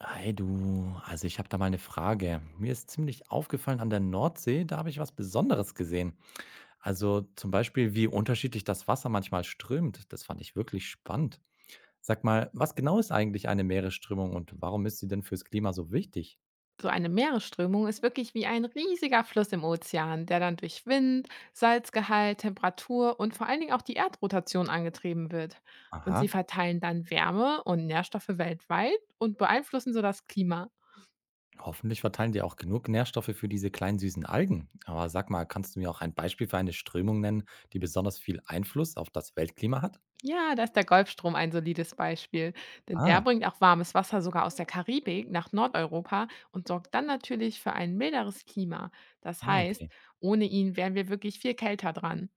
Hey du, also ich habe da mal eine Frage. Mir ist ziemlich aufgefallen an der Nordsee, da habe ich was Besonderes gesehen. Also zum Beispiel, wie unterschiedlich das Wasser manchmal strömt. Das fand ich wirklich spannend. Sag mal, was genau ist eigentlich eine Meeresströmung und warum ist sie denn fürs Klima so wichtig? So eine Meeresströmung ist wirklich wie ein riesiger Fluss im Ozean, der dann durch Wind, Salzgehalt, Temperatur und vor allen Dingen auch die Erdrotation angetrieben wird. Und Aha, sie verteilen dann Wärme und Nährstoffe weltweit und beeinflussen so das Klima. hoffentlich verteilen die auch genug Nährstoffe für diese kleinen süßen Algen. Aber sag mal, kannst du mir auch ein Beispiel für eine Strömung nennen, die besonders viel Einfluss auf das Weltklima hat? Ja, da ist der Golfstrom ein solides Beispiel, denn der Ah, bringt auch warmes Wasser sogar aus der Karibik nach Nordeuropa und sorgt dann natürlich für ein milderes Klima. Das ah, heißt, okay. ohne ihn wären wir wirklich viel kälter dran.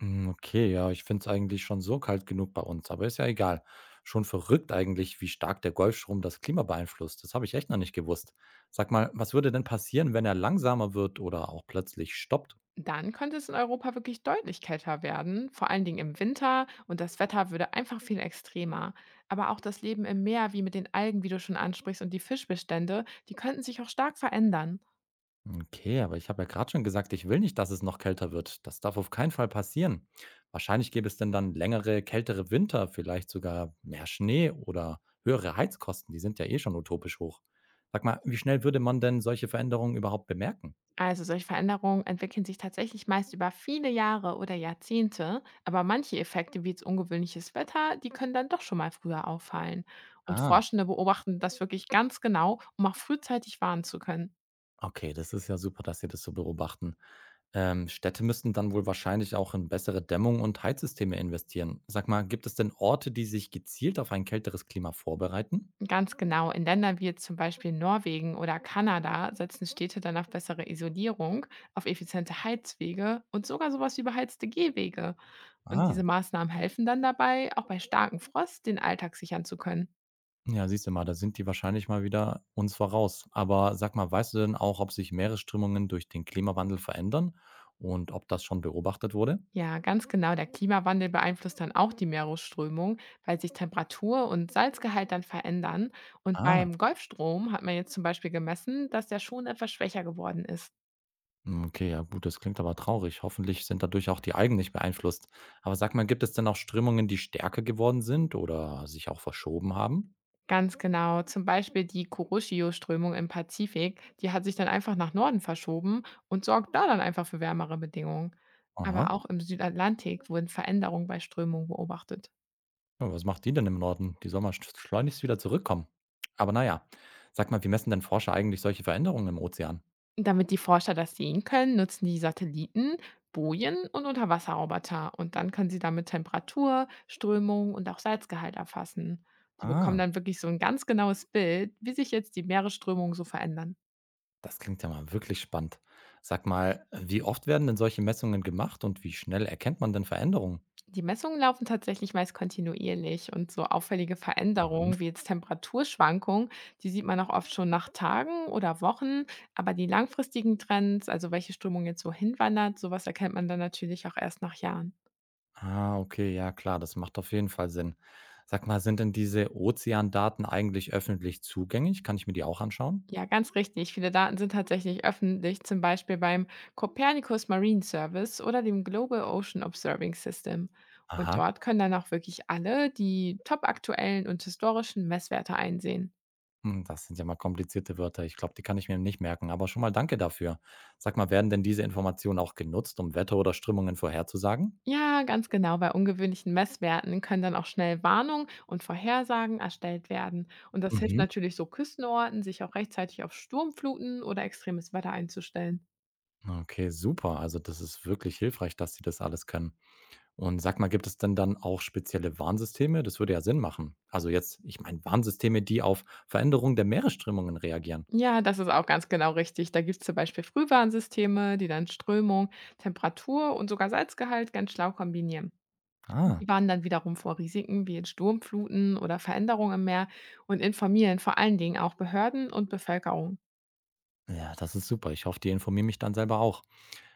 Hm, okay, ja, ich finde es eigentlich schon so kalt genug bei uns, aber ist ja egal. Schon verrückt eigentlich, wie stark der Golfstrom das Klima beeinflusst. Das habe ich echt noch nicht gewusst. Sag mal, was würde denn passieren, wenn er langsamer wird oder auch plötzlich stoppt? Dann könnte es in Europa wirklich deutlich kälter werden, vor allen Dingen im Winter, und das Wetter würde einfach viel extremer. Aber auch das Leben im Meer, wie mit den Algen, wie du schon ansprichst, und die Fischbestände, die könnten sich auch stark verändern. Okay, aber ich habe ja gerade schon gesagt, ich will nicht, dass es noch kälter wird. Das darf auf keinen Fall passieren. Wahrscheinlich gäbe es denn dann längere, kältere Winter, vielleicht sogar mehr Schnee oder höhere Heizkosten. Die sind ja eh schon utopisch hoch. Sag mal, wie schnell würde man denn solche Veränderungen überhaupt bemerken? Also solche Veränderungen entwickeln sich tatsächlich meist über viele Jahre oder Jahrzehnte, aber manche Effekte wie jetzt ungewöhnliches Wetter, die können dann doch schon mal früher auffallen. Und Ah. Forschende beobachten das wirklich ganz genau, um auch frühzeitig warnen zu können. Okay, das ist ja super, dass Sie das so beobachten. Städte müssten dann wohl wahrscheinlich auch in bessere Dämmung und Heizsysteme investieren. Sag mal, gibt es denn Orte, die sich gezielt auf ein kälteres Klima vorbereiten? Ganz genau. In Ländern wie jetzt zum Beispiel Norwegen oder Kanada setzen Städte dann auf bessere Isolierung, auf effiziente Heizwege und sogar sowas wie beheizte Gehwege. Und diese Ah, Maßnahmen helfen dann dabei, auch bei starkem Frost den Alltag sichern zu können. ja, siehst du mal, da sind die wahrscheinlich mal wieder uns voraus. Aber sag mal, weißt du denn auch, ob sich Meeresströmungen durch den Klimawandel verändern und ob das schon beobachtet wurde? Ja, ganz genau. Der Klimawandel beeinflusst dann auch die Meeresströmung, weil sich Temperatur und Salzgehalt dann verändern. Und Ah. beim Golfstrom hat man jetzt zum Beispiel gemessen, dass der schon etwas schwächer geworden ist. Hm, okay, ja gut, das klingt aber traurig. Hoffentlich sind dadurch auch die Algen nicht beeinflusst. Aber sag mal, gibt es denn auch Strömungen, die stärker geworden sind oder sich auch verschoben haben? Ganz genau. Zum Beispiel die Kuroshio-Strömung im Pazifik, die hat sich dann einfach nach Norden verschoben und sorgt da dann einfach für wärmere Bedingungen. Aber Aha. auch im Südatlantik wurden Veränderungen bei Strömungen beobachtet. Ja, was macht die denn im Norden? Die soll mal schleunigst wieder zurückkommen. Aber naja, sag mal, wie messen denn Forscher eigentlich solche Veränderungen im Ozean? Damit die Forscher das sehen können, nutzen die Satelliten, Bojen und Unterwasserroboter. Und dann können sie damit Temperatur, Strömung und auch Salzgehalt erfassen. Die bekommen Ah, dann wirklich so ein ganz genaues Bild, wie sich jetzt die Meeresströmungen so verändern. das klingt ja mal wirklich spannend. Sag mal, wie oft werden denn solche Messungen gemacht und wie schnell erkennt man denn Veränderungen? Die Messungen laufen tatsächlich meist kontinuierlich und so auffällige Mhm. Veränderungen wie jetzt Temperaturschwankungen, die sieht man auch oft schon nach Tagen oder Wochen, aber die langfristigen Trends, also welche Strömung jetzt so hinwandert, sowas erkennt man dann natürlich auch erst nach Jahren. Ah, okay, ja klar, das macht auf jeden Fall Sinn. Sag mal, sind denn diese Ozeandaten eigentlich öffentlich zugänglich? Kann ich mir die auch anschauen? Ja, ganz richtig. Viele Daten sind tatsächlich öffentlich, zum Beispiel beim Copernicus Marine Service oder dem Global Ocean Observing System. Und Aha, dort können dann auch wirklich alle die top aktuellen und historischen Messwerte einsehen. hm, das sind ja mal komplizierte Wörter. Ich glaube, die kann ich mir nicht merken, aber schon mal danke dafür. Sag mal, werden denn diese Informationen auch genutzt, um Wetter oder Strömungen vorherzusagen? Ja, ganz genau. Bei ungewöhnlichen Messwerten können dann auch schnell Warnungen und Vorhersagen erstellt werden. Und das hilft Mhm. natürlich so Küstenorten, sich auch rechtzeitig auf Sturmfluten oder extremes Wetter einzustellen. Okay, super. Also das ist wirklich hilfreich, dass sie das alles können. Und sag mal, gibt es denn dann auch spezielle Warnsysteme? Das würde ja Sinn machen. Also jetzt, ich meine Warnsysteme, die auf Veränderungen der Meeresströmungen reagieren. Ja, das ist auch ganz genau richtig. Da gibt es zum Beispiel Frühwarnsysteme, die dann Strömung, Temperatur und sogar Salzgehalt ganz schlau kombinieren. Ah. Die warnen dann wiederum vor Risiken wie jetzt Sturmfluten oder Veränderungen im Meer und informieren vor allen Dingen auch Behörden und Bevölkerung. Ja, das ist super. Ich hoffe, die informieren mich dann selber auch.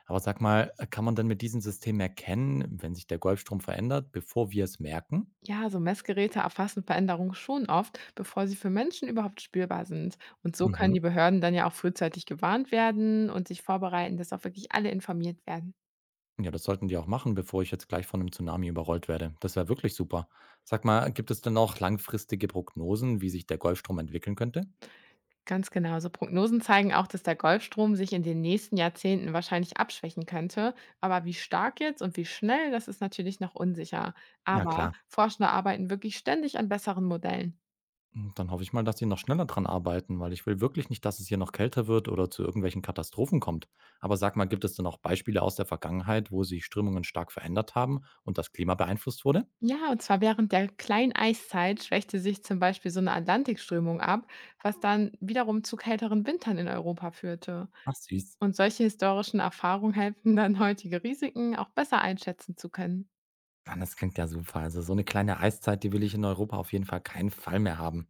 Aber sag mal, kann man denn mit diesem System erkennen, wenn sich der Golfstrom verändert, bevor wir es merken? Ja, so Messgeräte erfassen Veränderungen schon oft, bevor sie für Menschen überhaupt spürbar sind. Und so können Mhm. die Behörden dann ja auch frühzeitig gewarnt werden und sich vorbereiten, dass auch wirklich alle informiert werden. Ja, das sollten die auch machen, bevor ich jetzt gleich von einem Tsunami überrollt werde. Das wäre wirklich super. Sag mal, gibt es denn auch langfristige Prognosen, wie sich der Golfstrom entwickeln könnte? Ganz genau. So Prognosen zeigen auch, dass der Golfstrom sich in den nächsten Jahrzehnten wahrscheinlich abschwächen könnte. Aber wie stark jetzt und wie schnell, das ist natürlich noch unsicher. Ja, Aber klar. Forscher arbeiten wirklich ständig an besseren Modellen. Dann hoffe ich mal, dass die noch schneller dran arbeiten, weil ich will wirklich nicht, dass es hier noch kälter wird oder zu irgendwelchen Katastrophen kommt. Aber sag mal, gibt es denn auch Beispiele aus der Vergangenheit, wo sich Strömungen stark verändert haben und das Klima beeinflusst wurde? Ja, und zwar während der Kleineiszeit schwächte sich zum Beispiel so eine Atlantikströmung ab, was dann wiederum zu kälteren Wintern in Europa führte. Ach süß. Und solche historischen Erfahrungen helfen dann, heutige Risiken auch besser einschätzen zu können. Ah, das klingt ja super. Also so eine kleine Eiszeit, die will ich in Europa auf jeden Fall keinen Fall mehr haben.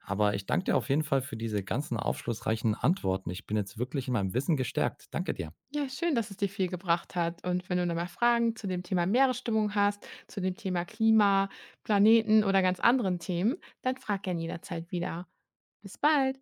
Aber ich danke dir auf jeden Fall für diese ganzen aufschlussreichen Antworten. Ich bin jetzt wirklich in meinem Wissen gestärkt. Danke dir. Ja, schön, dass es dir viel gebracht hat. Und wenn du noch mal Fragen zu dem Thema Meeresstimmung hast, zu dem Thema Klima, Planeten oder ganz anderen Themen, dann frag gern jederzeit wieder. Bis bald.